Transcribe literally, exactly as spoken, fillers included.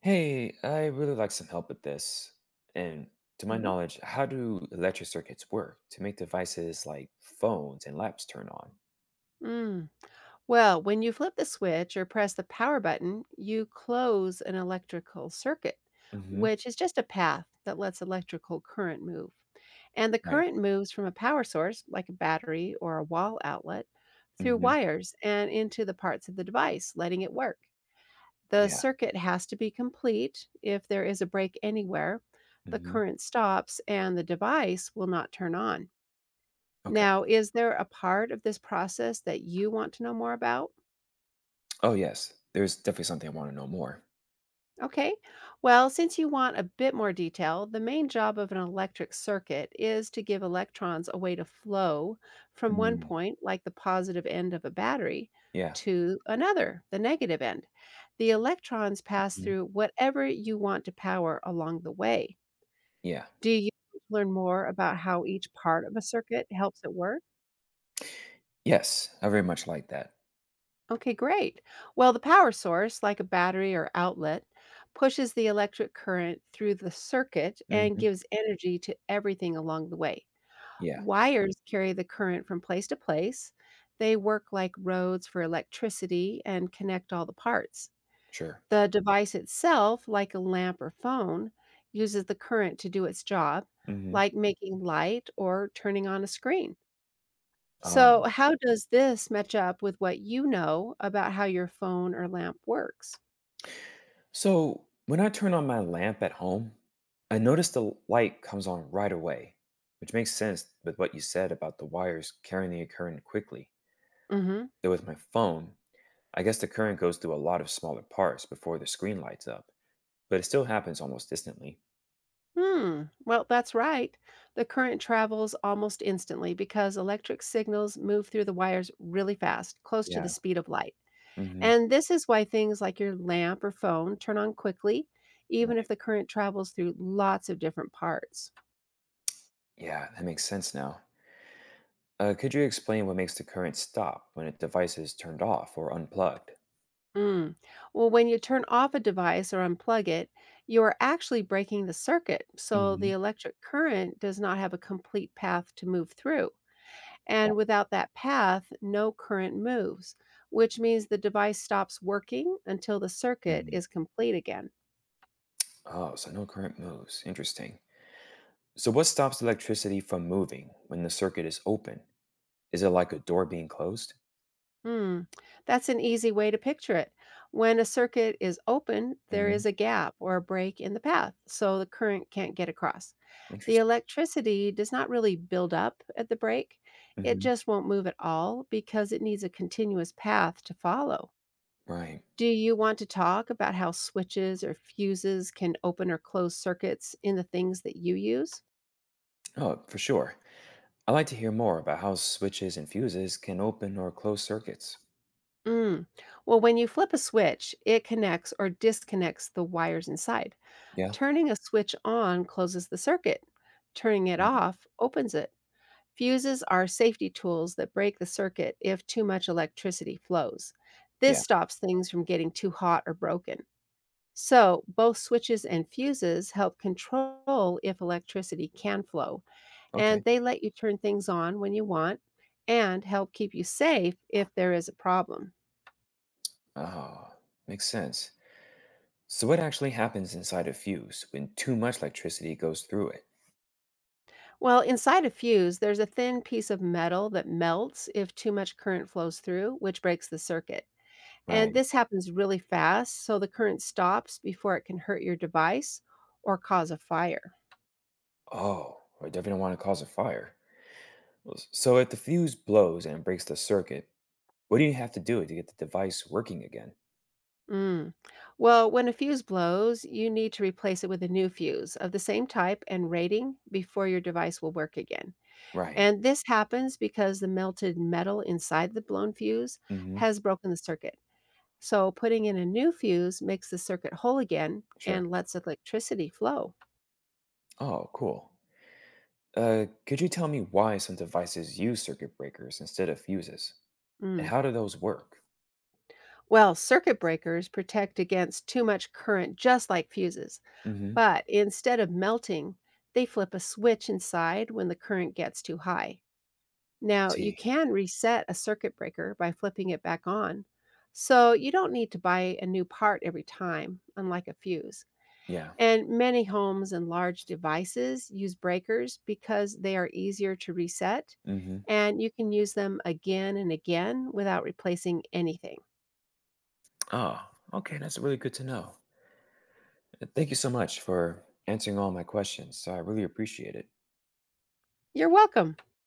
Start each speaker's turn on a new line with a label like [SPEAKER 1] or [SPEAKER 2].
[SPEAKER 1] Hey, I really like some help with this. And to my
[SPEAKER 2] Mhm.
[SPEAKER 1] knowledge, how do electric circuits work to make devices like phones and laps turn on?
[SPEAKER 2] Mm. Well, when you flip the switch or press the power button, you close an electrical circuit,
[SPEAKER 1] Hmm.
[SPEAKER 2] which is just a path that lets electrical current move. And the
[SPEAKER 1] Right.
[SPEAKER 2] current moves from a power source, like a battery or a wall outlet, through
[SPEAKER 1] Hmm.
[SPEAKER 2] wires and into the parts of the device, letting it work. The
[SPEAKER 1] Yeah.
[SPEAKER 2] circuit has to be complete. If there is a break anywhere, the
[SPEAKER 1] Hmm.
[SPEAKER 2] current stops and the device will not turn on.
[SPEAKER 1] Okay.
[SPEAKER 2] Now, is there a part of this process that you want to know more about?
[SPEAKER 1] Oh, yes. There's definitely something I want to know more.
[SPEAKER 2] Okay, well, since you want a bit more detail, the main job of an electric circuit is to give electrons a way to flow from one
[SPEAKER 1] Mm.
[SPEAKER 2] point, like the positive end of a battery,
[SPEAKER 1] Yeah.
[SPEAKER 2] to another, the negative end. The electrons pass
[SPEAKER 1] Hmm.
[SPEAKER 2] through whatever you want to power along the way.
[SPEAKER 1] Yeah.
[SPEAKER 2] Do you want to learn more about how each part of a circuit helps it work?
[SPEAKER 1] Yes. I very much like that.
[SPEAKER 2] Okay, great. Well, the power source, like a battery or outlet, pushes the electric current through the circuit and
[SPEAKER 1] Hmm.
[SPEAKER 2] gives energy to everything along the way.
[SPEAKER 1] Yeah.
[SPEAKER 2] Wires carry the current from place to place. They work like roads for electricity and connect all the parts.
[SPEAKER 1] Sure.
[SPEAKER 2] The device itself, like a lamp or phone, uses the current to do its job,
[SPEAKER 1] Hmm.
[SPEAKER 2] like making light or turning on a screen. So,
[SPEAKER 1] Um,
[SPEAKER 2] how does this match up with what you know about how your phone or lamp works?
[SPEAKER 1] So, when I turn on my lamp at home, I notice the light comes on right away, which makes sense with what you said about the wires carrying the current quickly.
[SPEAKER 2] Mhm.
[SPEAKER 1] Though with my phone, I guess the current goes through a lot of smaller parts before the screen lights up, but it still happens almost instantly.
[SPEAKER 2] Hmm. Well, that's right. The current travels almost instantly because electric signals move through the wires really fast, close to the
[SPEAKER 1] Yeah.
[SPEAKER 2] speed of light.
[SPEAKER 1] Hmm.
[SPEAKER 2] And this is why things like your lamp or phone turn on quickly, even if
[SPEAKER 1] Right.
[SPEAKER 2] the current travels through lots of different parts.
[SPEAKER 1] Yeah, that makes sense now. Uh, could you explain what makes the current stop when a device is turned off or unplugged?
[SPEAKER 2] Mm. Well, when you turn off a device or unplug it, you are actually breaking the circuit. So
[SPEAKER 1] Hmm.
[SPEAKER 2] the electric current does not have a complete path to move through.
[SPEAKER 1] Right.
[SPEAKER 2] And without that path, no current moves, which means the device stops working until the circuit
[SPEAKER 1] Hmm.
[SPEAKER 2] is complete again.
[SPEAKER 1] Oh, so no current moves. Interesting. So, what stops electricity from moving when the circuit is open? Is it like a door being closed?
[SPEAKER 2] Mm, that's an easy way to picture it. When a circuit is open, there
[SPEAKER 1] Hmm.
[SPEAKER 2] is a gap or a break in the path, so the current can't get across. The
[SPEAKER 1] Interesting.
[SPEAKER 2] electricity does not really build up at the break, it
[SPEAKER 1] Hmm.
[SPEAKER 2] just won't move at all because it needs a continuous path to follow.
[SPEAKER 1] Right.
[SPEAKER 2] Do you want to talk about how switches or fuses can open or close circuits in the things that you use?
[SPEAKER 1] Oh, for sure. I'd like to hear more about how switches and fuses can open or close circuits.
[SPEAKER 2] Mm. Well, when you flip a switch, it connects or disconnects the wires inside.
[SPEAKER 1] Yeah.
[SPEAKER 2] Turning a switch on closes the circuit. Turning it
[SPEAKER 1] Mhm.
[SPEAKER 2] off opens it. Fuses are safety tools that break the circuit if too much electricity flows. This
[SPEAKER 1] Yeah.
[SPEAKER 2] stops things from getting too hot or broken. So, both switches and fuses help control if electricity can flow, and
[SPEAKER 1] Okay.
[SPEAKER 2] they let you turn things on when you want and help keep you safe if there is a problem.
[SPEAKER 1] Oh, makes sense. So, what actually happens inside a fuse when too much electricity goes through it?
[SPEAKER 2] Well, inside a fuse, there's a thin piece of metal that melts if too much current flows through, which breaks the circuit. And
[SPEAKER 1] Right.
[SPEAKER 2] this happens really fast, so the current stops before it can hurt your device or cause a fire.
[SPEAKER 1] Oh, I definitely don't want to cause a fire. Well, s- So, if the fuse blows and breaks the circuit, what do you have to do to get the device working again?
[SPEAKER 2] Mm. Well, when a fuse blows, you need to replace it with a new fuse of the same type and rating before your device will work again.
[SPEAKER 1] Right.
[SPEAKER 2] And this happens because the melted metal inside the blown fuse
[SPEAKER 1] Hmm.
[SPEAKER 2] has broken the circuit. So putting in a new fuse makes the circuit whole again
[SPEAKER 1] Sure.
[SPEAKER 2] and lets electricity flow.
[SPEAKER 1] Oh, cool. Uh, could you tell me why some devices use circuit breakers instead of fuses? And
[SPEAKER 2] Mm.
[SPEAKER 1] how do those work?
[SPEAKER 2] Well, circuit breakers protect against too much current just like fuses,
[SPEAKER 1] Mm-hmm.
[SPEAKER 2] but instead of melting, they flip a switch inside when the current gets too high. Now, you
[SPEAKER 1] See.
[SPEAKER 2] can reset a circuit breaker by flipping it back on, so you don't need to buy a new part every time, unlike a fuse.
[SPEAKER 1] Yeah.
[SPEAKER 2] And many homes and large devices use breakers because they are easier to reset
[SPEAKER 1] Mm-hmm.
[SPEAKER 2] and you can use them again and again without replacing anything.
[SPEAKER 1] Oh, okay. That's really good to know. Uh, Thank you so much for answering all my questions. So I really appreciate it.
[SPEAKER 2] You're welcome.